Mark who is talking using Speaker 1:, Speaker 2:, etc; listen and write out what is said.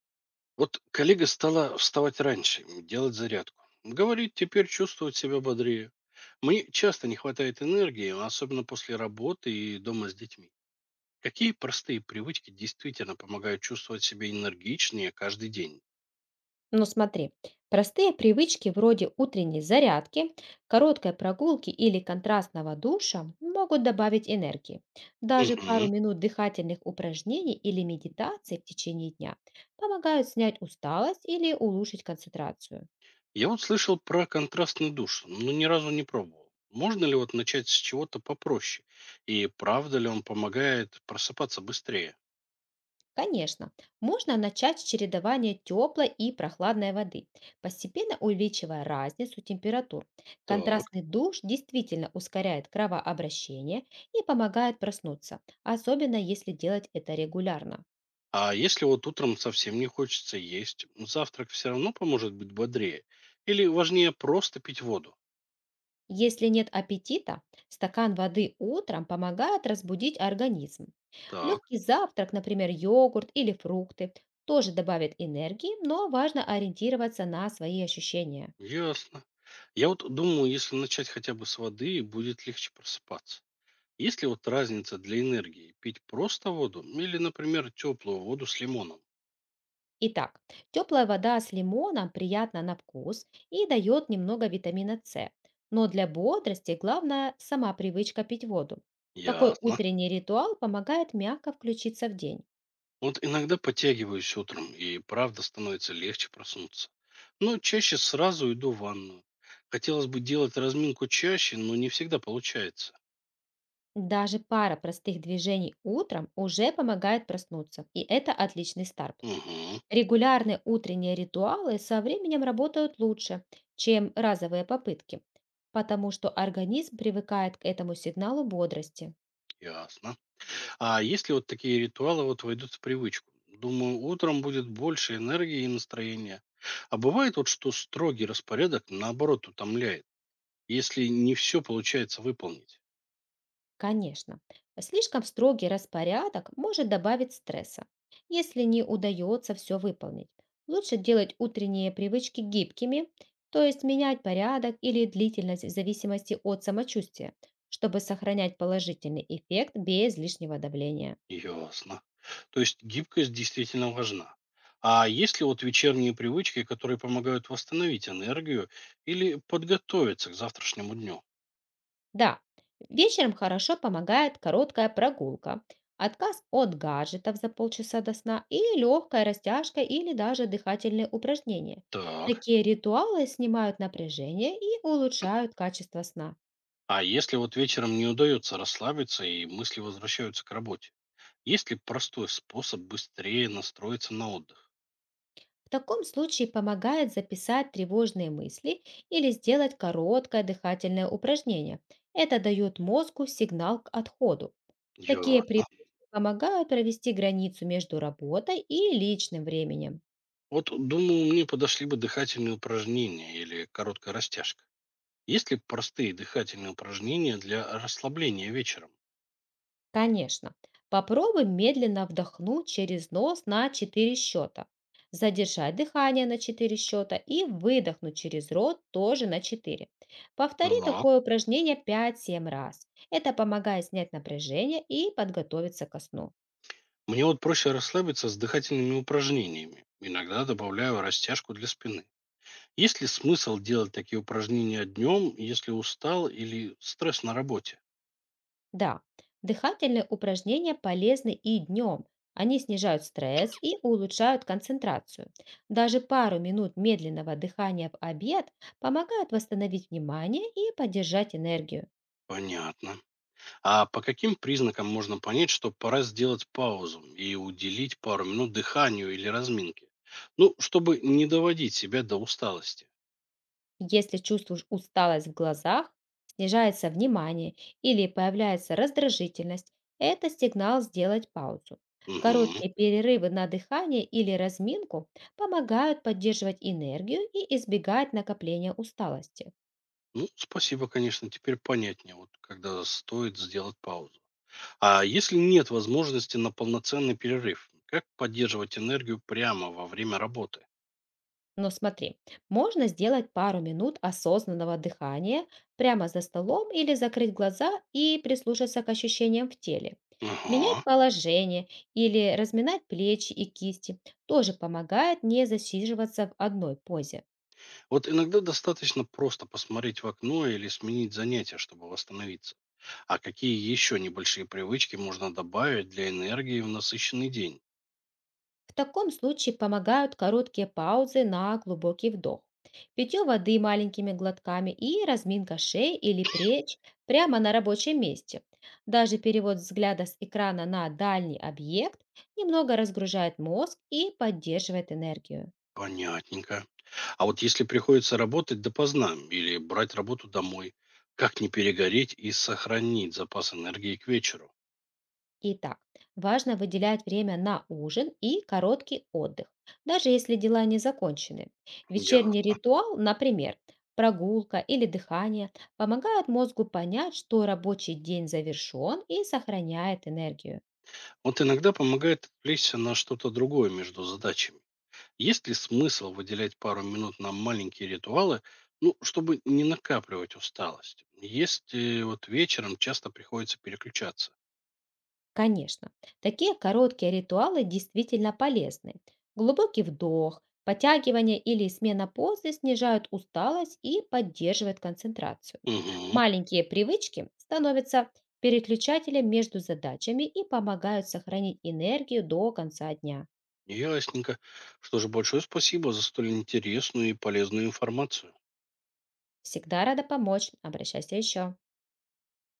Speaker 1: Вот коллега стала вставать раньше, делать зарядку. Говорит, теперь чувствовать себя бодрее. Мне часто не хватает энергии, особенно после работы и дома с детьми. Какие простые привычки действительно помогают чувствовать себя энергичнее каждый день?
Speaker 2: Ну смотри, простые привычки вроде утренней зарядки, короткой прогулки или контрастного душа могут добавить энергии. Даже пару
Speaker 1: Мгм.
Speaker 2: минут дыхательных упражнений или медитации в течение дня помогают снять усталость или улучшить концентрацию.
Speaker 1: Я вот слышал про контрастный душ, но ни разу не пробовал. Можно ли вот начать с чего-то попроще? И правда ли он помогает просыпаться быстрее?
Speaker 2: Конечно, можно начать с чередования теплой и прохладной воды, постепенно увеличивая разницу температур.
Speaker 1: Так.
Speaker 2: Контрастный душ действительно ускоряет кровообращение и помогает проснуться, особенно если делать это регулярно.
Speaker 1: А если вот утром совсем не хочется есть, ну, завтрак все равно поможет быть бодрее? Или важнее просто пить воду?
Speaker 2: Если нет аппетита, стакан воды утром помогает разбудить организм.
Speaker 1: Так,
Speaker 2: Легкий завтрак, например, йогурт или фрукты, тоже добавит энергии, но важно ориентироваться на свои ощущения.
Speaker 1: ясно. Я вот думаю, если начать хотя бы с воды, будет легче просыпаться. Есть ли вот разница для энергии пить просто воду или, например, теплую воду с лимоном?
Speaker 2: Итак, теплая вода с лимоном приятна на вкус и дает немного витамина С. Но для бодрости главное сама привычка пить воду. Такой
Speaker 1: Ясно.
Speaker 2: утренний ритуал помогает мягко включиться в день.
Speaker 1: Вот иногда подтягиваюсь утром, и правда становится легче проснуться. Но чаще сразу иду в ванную. Хотелось бы делать разминку чаще, но не всегда получается.
Speaker 2: Даже пара простых движений утром уже помогает проснуться, и это отличный старт.
Speaker 1: Угу.
Speaker 2: Регулярные утренние ритуалы со временем работают лучше, чем разовые попытки, потому что организм привыкает к этому сигналу бодрости.
Speaker 1: Ясно. А если вот такие ритуалы вот войдут в привычку? Думаю, утром будет больше энергии и настроения. А бывает вот, что строгий распорядок наоборот утомляет, если не все получается выполнить.
Speaker 2: Конечно, слишком строгий распорядок может добавить стресса, если не удается все выполнить. Лучше делать утренние привычки гибкими, то есть менять порядок или длительность в зависимости от самочувствия, чтобы сохранять положительный эффект без лишнего давления.
Speaker 1: Ясно. То есть гибкость действительно важна. А есть ли вот вечерние привычки, которые помогают восстановить энергию или подготовиться к завтрашнему дню?
Speaker 2: Да, вечером хорошо помогает короткая прогулка, отказ от гаджетов за полчаса до сна и легкая растяжка или даже дыхательные упражнения.
Speaker 1: Так.
Speaker 2: Такие ритуалы снимают напряжение и улучшают качество сна.
Speaker 1: А если вот вечером не удается расслабиться и мысли возвращаются к работе? Есть ли простой способ быстрее настроиться на отдых?
Speaker 2: В таком случае помогает записать тревожные мысли или сделать короткое дыхательное упражнение. Это дает мозгу сигнал к отходу. Такие привычки
Speaker 1: Ясно.
Speaker 2: помогают провести границу между работой и личным временем.
Speaker 1: Вот, думаю, мне подошли бы дыхательные упражнения или короткая растяжка. Есть ли простые дыхательные упражнения для расслабления вечером?
Speaker 2: Конечно. Попробуй медленно вдохнуть через нос на 4 счета. Задержать дыхание на 4 счета и выдохнуть через рот тоже на 4. Повтори
Speaker 1: Так.
Speaker 2: такое упражнение пять 7 раз. Это помогает снять напряжение и подготовиться ко сну.
Speaker 1: Мне вот проще расслабиться с дыхательными упражнениями. Иногда добавляю растяжку для спины. Есть ли смысл делать такие упражнения днем, если устал или стресс на работе?
Speaker 2: Да, дыхательные упражнения полезны и днем. Они снижают стресс и улучшают концентрацию. Даже пару минут медленного дыхания в обед помогают восстановить внимание и поддержать энергию.
Speaker 1: Понятно. А по каким признакам можно понять, что пора сделать паузу и уделить пару минут дыханию или разминке? Ну, чтобы не доводить себя до усталости.
Speaker 2: Если чувствуешь усталость в глазах, снижается внимание или появляется раздражительность, это сигнал сделать паузу.
Speaker 1: Мгм.
Speaker 2: Короткие перерывы на дыхание или разминку помогают поддерживать энергию и избегать накопления усталости.
Speaker 1: Ну, спасибо, конечно, теперь понятнее, вот когда стоит сделать паузу. А если нет возможности на полноценный перерыв, как поддерживать энергию прямо во время работы?
Speaker 2: Но смотри, можно сделать пару минут осознанного дыхания прямо за столом или закрыть глаза и прислушаться к ощущениям в теле.
Speaker 1: Ага.
Speaker 2: Менять положение или разминать плечи и кисти тоже помогает не засиживаться в одной позе.
Speaker 1: Вот иногда достаточно просто посмотреть в окно или сменить занятие, чтобы восстановиться. А какие еще небольшие привычки можно добавить для энергии в насыщенный день?
Speaker 2: В таком случае помогают короткие паузы на глубокий вдох. Питье воды маленькими глотками и разминка шеи или плеч прямо на рабочем месте. Даже перевод взгляда с экрана на дальний объект немного разгружает мозг и поддерживает энергию.
Speaker 1: Понятненько. А вот если приходится работать допоздна или брать работу домой, как не перегореть и сохранить запас энергии к вечеру?
Speaker 2: Итак, важно выделять время на ужин и короткий отдых, даже если дела не закончены. Вечерний
Speaker 1: Ясно.
Speaker 2: ритуал, например, прогулка или дыхание, помогает мозгу понять, что рабочий день завершен и сохраняет энергию.
Speaker 1: Вот иногда помогает отвлечься на что-то другое между задачами. Есть ли смысл выделять пару минут на маленькие ритуалы, ну, чтобы не накапливать усталость? Есть вот вечером часто приходится переключаться.
Speaker 2: Конечно, такие короткие ритуалы действительно полезны. Глубокий вдох, потягивание или смена позы снижают усталость и поддерживают концентрацию.
Speaker 1: Мгм.
Speaker 2: Маленькие привычки становятся переключателем между задачами и помогают сохранить энергию до конца дня.
Speaker 1: Ясненько. Что же, большое спасибо за столь интересную и полезную информацию.
Speaker 2: Всегда рада помочь. Обращайся еще.